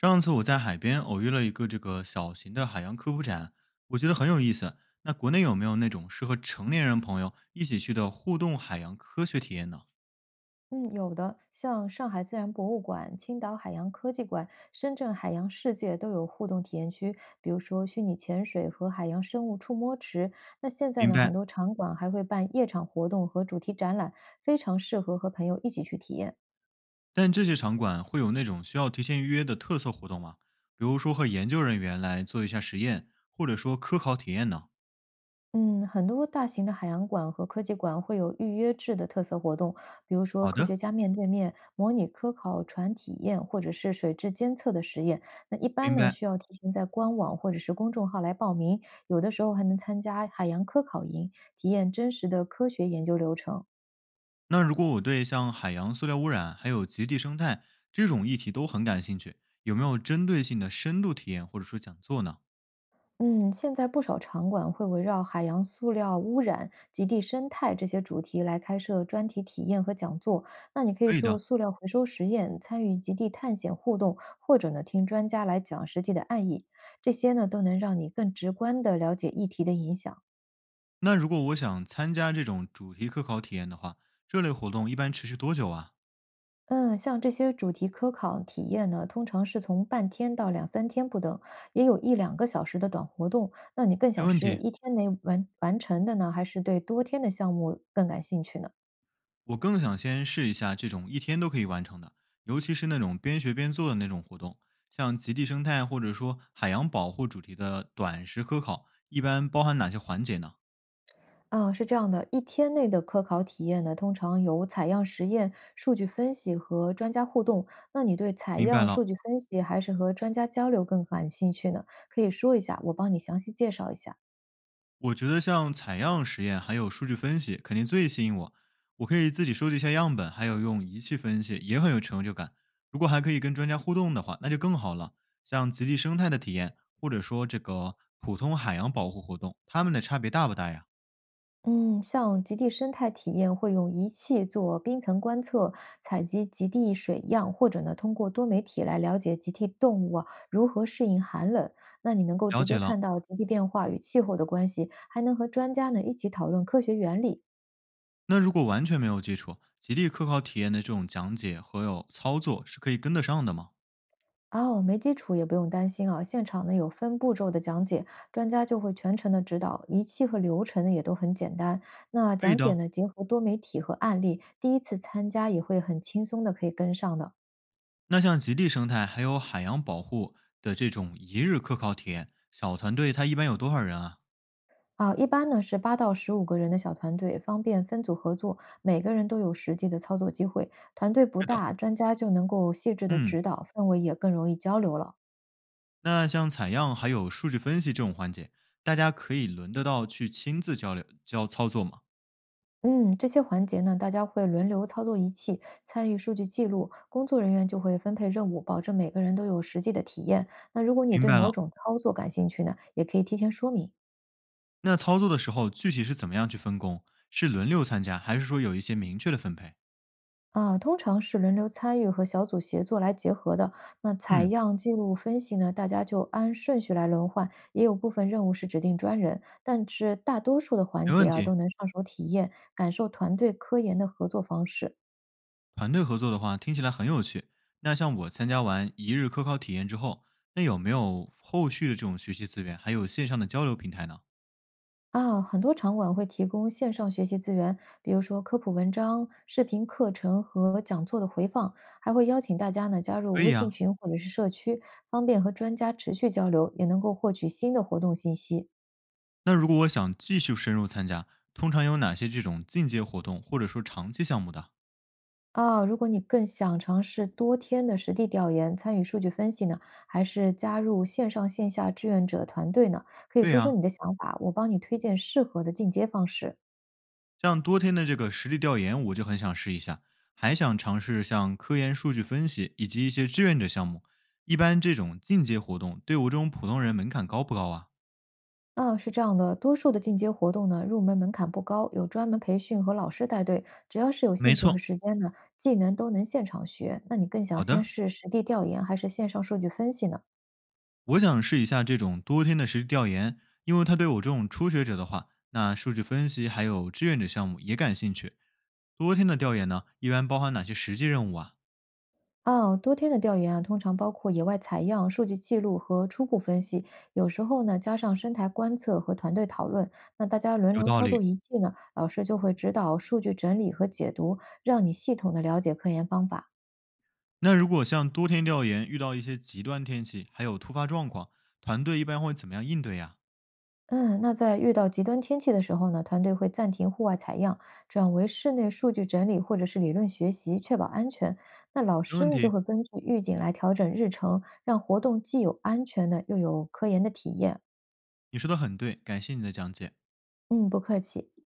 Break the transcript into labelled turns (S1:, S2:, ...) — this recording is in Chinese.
S1: 上次我在海边偶遇了一个这个小型的海洋科普展，我觉得很有意思。那国内有没有那种适合成年人朋友一起去的互动海洋科学体验呢？
S2: 嗯，有的，像上海自然博物馆、青岛海洋科技馆、深圳海洋世界都有互动体验区，比如说虚拟潜水和海洋生物触摸池。那现在
S1: 明
S2: 呢，很
S1: 白。
S2: 多场馆还会办夜场活动和主题展览，非常适合和朋友一起去体验。
S1: 但这些场馆会有那种需要提前预约的特色活动吗？比如说和研究人员来做一下实验，或者说科考体验呢？
S2: 嗯，很多大型的海洋馆和科技馆会有预约制的特色活动，比如说
S1: 好
S2: 科
S1: 的，
S2: 学家面对面、模拟科考船体验，或者是水质监测的实验。那一般
S1: 明
S2: 呢，
S1: 白。
S2: 需要提前在官网或者是公众号来报名，有的时候还能参加海洋科考营，体验真实的科学研究流程。
S1: 那如果我对像海洋塑料污染还有极地生态这种议题都很感兴趣，有没有针对性的深度体验或者说讲座呢？
S2: 嗯，现在不少场馆会围绕海洋塑料污染、极地生态这些主题来开设专题体验和讲座。那你可以
S1: 可以
S2: 做
S1: 的。
S2: 塑料回收实验，参与极地探险互动，或者呢听专家来讲实际的案例。这些呢都能让你更直观地了解议题的影响。
S1: 那如果我想参加这种主题科考体验的话，这类活动一般持续多久啊？
S2: 嗯，像这些主题科考体验呢，通常是从半天到两三天不等，也有一两个小时的短活动。那你更
S1: 没
S2: 想
S1: 问
S2: 是
S1: 题，
S2: 一天内完成的呢，还是对多天的项目更感兴趣呢？
S1: 我更想先试一下这种一天都可以完成的，尤其是那种边学边做的那种活动，像极地生态或者说海洋保护主题的短时科考，一般包含哪些环节呢？
S2: 啊，是这样的，一天内的科考体验呢，通常有采样实验、数据分析和专家互动。那你对采
S1: 明白
S2: 样、数
S1: 了。
S2: 据分析还是和专家交流更感兴趣呢？可以说一下，我帮你详细介绍一下。
S1: 我觉得像采样实验还有数据分析肯定最吸引我。我可以自己收集一下样本，还有用仪器分析，也很有成就感。如果还可以跟专家互动的话，那就更好了。像极地生态的体验，或者说这个普通海洋保护活动，它们的差别大不大呀？
S2: 嗯，像极地生态体验会用仪器做冰层观测，采集极地水样，或者呢通过多媒体来了解极地动物啊如何适应寒冷。那你能够
S1: 了
S2: 直接
S1: 解
S2: 看
S1: 了。
S2: 到极地变化与气候的关系，还能和专家呢一起讨论科学原理。
S1: 那如果完全没有基础，极地科考体验的这种讲解和有操作是可以跟得上的吗？
S2: 哦，没基础也不用担心啊，现场呢有分步骤的讲解，专家就会全程的指导，仪器和流程呢也都很简单。那
S1: 可以
S2: 讲解
S1: 的。
S2: 呢结合多媒体和案例，第一次参加也会很轻松的可以跟上的。
S1: 那像极地生态还有海洋保护的这种一日科考体验，小团队它一般有多少人啊？
S2: 啊，一般呢是8到15个人的小团队，方便分组合作，每个人都有实际的操作机会。团队不
S1: 是的。
S2: 大，专家就能够细致的
S1: 嗯，
S2: 指导，氛围也更容易交流了。
S1: 那像采样还有数据分析这种环节，大家可以轮得到去亲自交流交操作吗？
S2: 嗯，这些环节呢，大家会轮流操作仪器，参与数据记录，工作人员就会分配任务，保证每个人都有实际的体验。那如果你
S1: 明
S2: 对
S1: 白
S2: 某
S1: 了。
S2: 种操作感兴趣呢，也可以提前说明
S1: 那操作的时候具体是怎么样去分工？是轮流参加，还是说有一些明确的分配？
S2: 啊。通常是轮流参与和小组协作来结合的。那采
S1: 嗯，
S2: 样、记录、分析呢，大家就按顺序来轮换，也有部分任务是指定专人，但是大多数的环
S1: 没
S2: 节
S1: 问
S2: 啊，
S1: 题。
S2: 都能上手体验，感受团队科研的合作方式。
S1: 团队合作的话，听起来很有趣。那像我参加完一日科考体验之后，那有没有后续的这种学习资源，还有线上的交流平台呢？
S2: 啊，很多场馆会提供线上学习资源，比如说科普文章、视频课程和讲座的回放，还会邀请大家呢加入
S1: 可
S2: 微
S1: 以
S2: 信
S1: 啊。
S2: 群或者是社区，方便和专家持续交流，也能够获取新的活动信息。
S1: 那如果我想继续深入参加，通常有哪些这种进阶活动或者说长期项目的？
S2: 啊，如果你更想尝试多天的实地调研，参与数据分析呢，还是加入线上线下志愿者团队呢？可以
S1: 对
S2: 说说
S1: 呀、
S2: 你的想法，我帮你推荐适合的进阶方式。
S1: 像多天的这个实地调研，我就很想试一下，还想尝试像科研数据分析以及一些志愿者项目。一般这种进阶活动对我这种普通人门槛高不高啊？
S2: 啊，是这样的，多数的进阶活动呢，入门门槛不高，有专门培训和老师带队，只要是有兴
S1: 没
S2: 趣和
S1: 错，
S2: 时间呢，技能都能现场学。那你更想
S1: 好
S2: 先
S1: 的，
S2: 是实地调研，还是线上数据分析呢？
S1: 我想试一下这种多天的实地调研，因为他对我这种初学者的话，那数据分析还有志愿者项目也感兴趣。多天的调研呢，一般包含哪些实际任务啊？
S2: 哦，多天的调研啊，通常包括野外采样、数据记录和初步分析，有时候呢加上生态观测和团队讨论。那大家轮
S1: 有
S2: 流
S1: 道
S2: 操作
S1: 理。
S2: 仪器呢，老师就会指导数据整理和解读，让你系统的了解科研方法。
S1: 那如果像多天调研遇到一些极端天气，还有突发状况，团队一般会怎么样应对呀、
S2: 嗯，那在遇到极端天气的时候呢，团队会暂停户外采样，转为室内数据整理或者是理论学习，确保安全。那老
S1: 没
S2: 师
S1: 问
S2: 呢，就
S1: 题，
S2: 会根据预警来调整日程，让活动既有安全的，又有科研的体验。
S1: 你说的很对，感谢你的讲解。
S2: 嗯，不客气。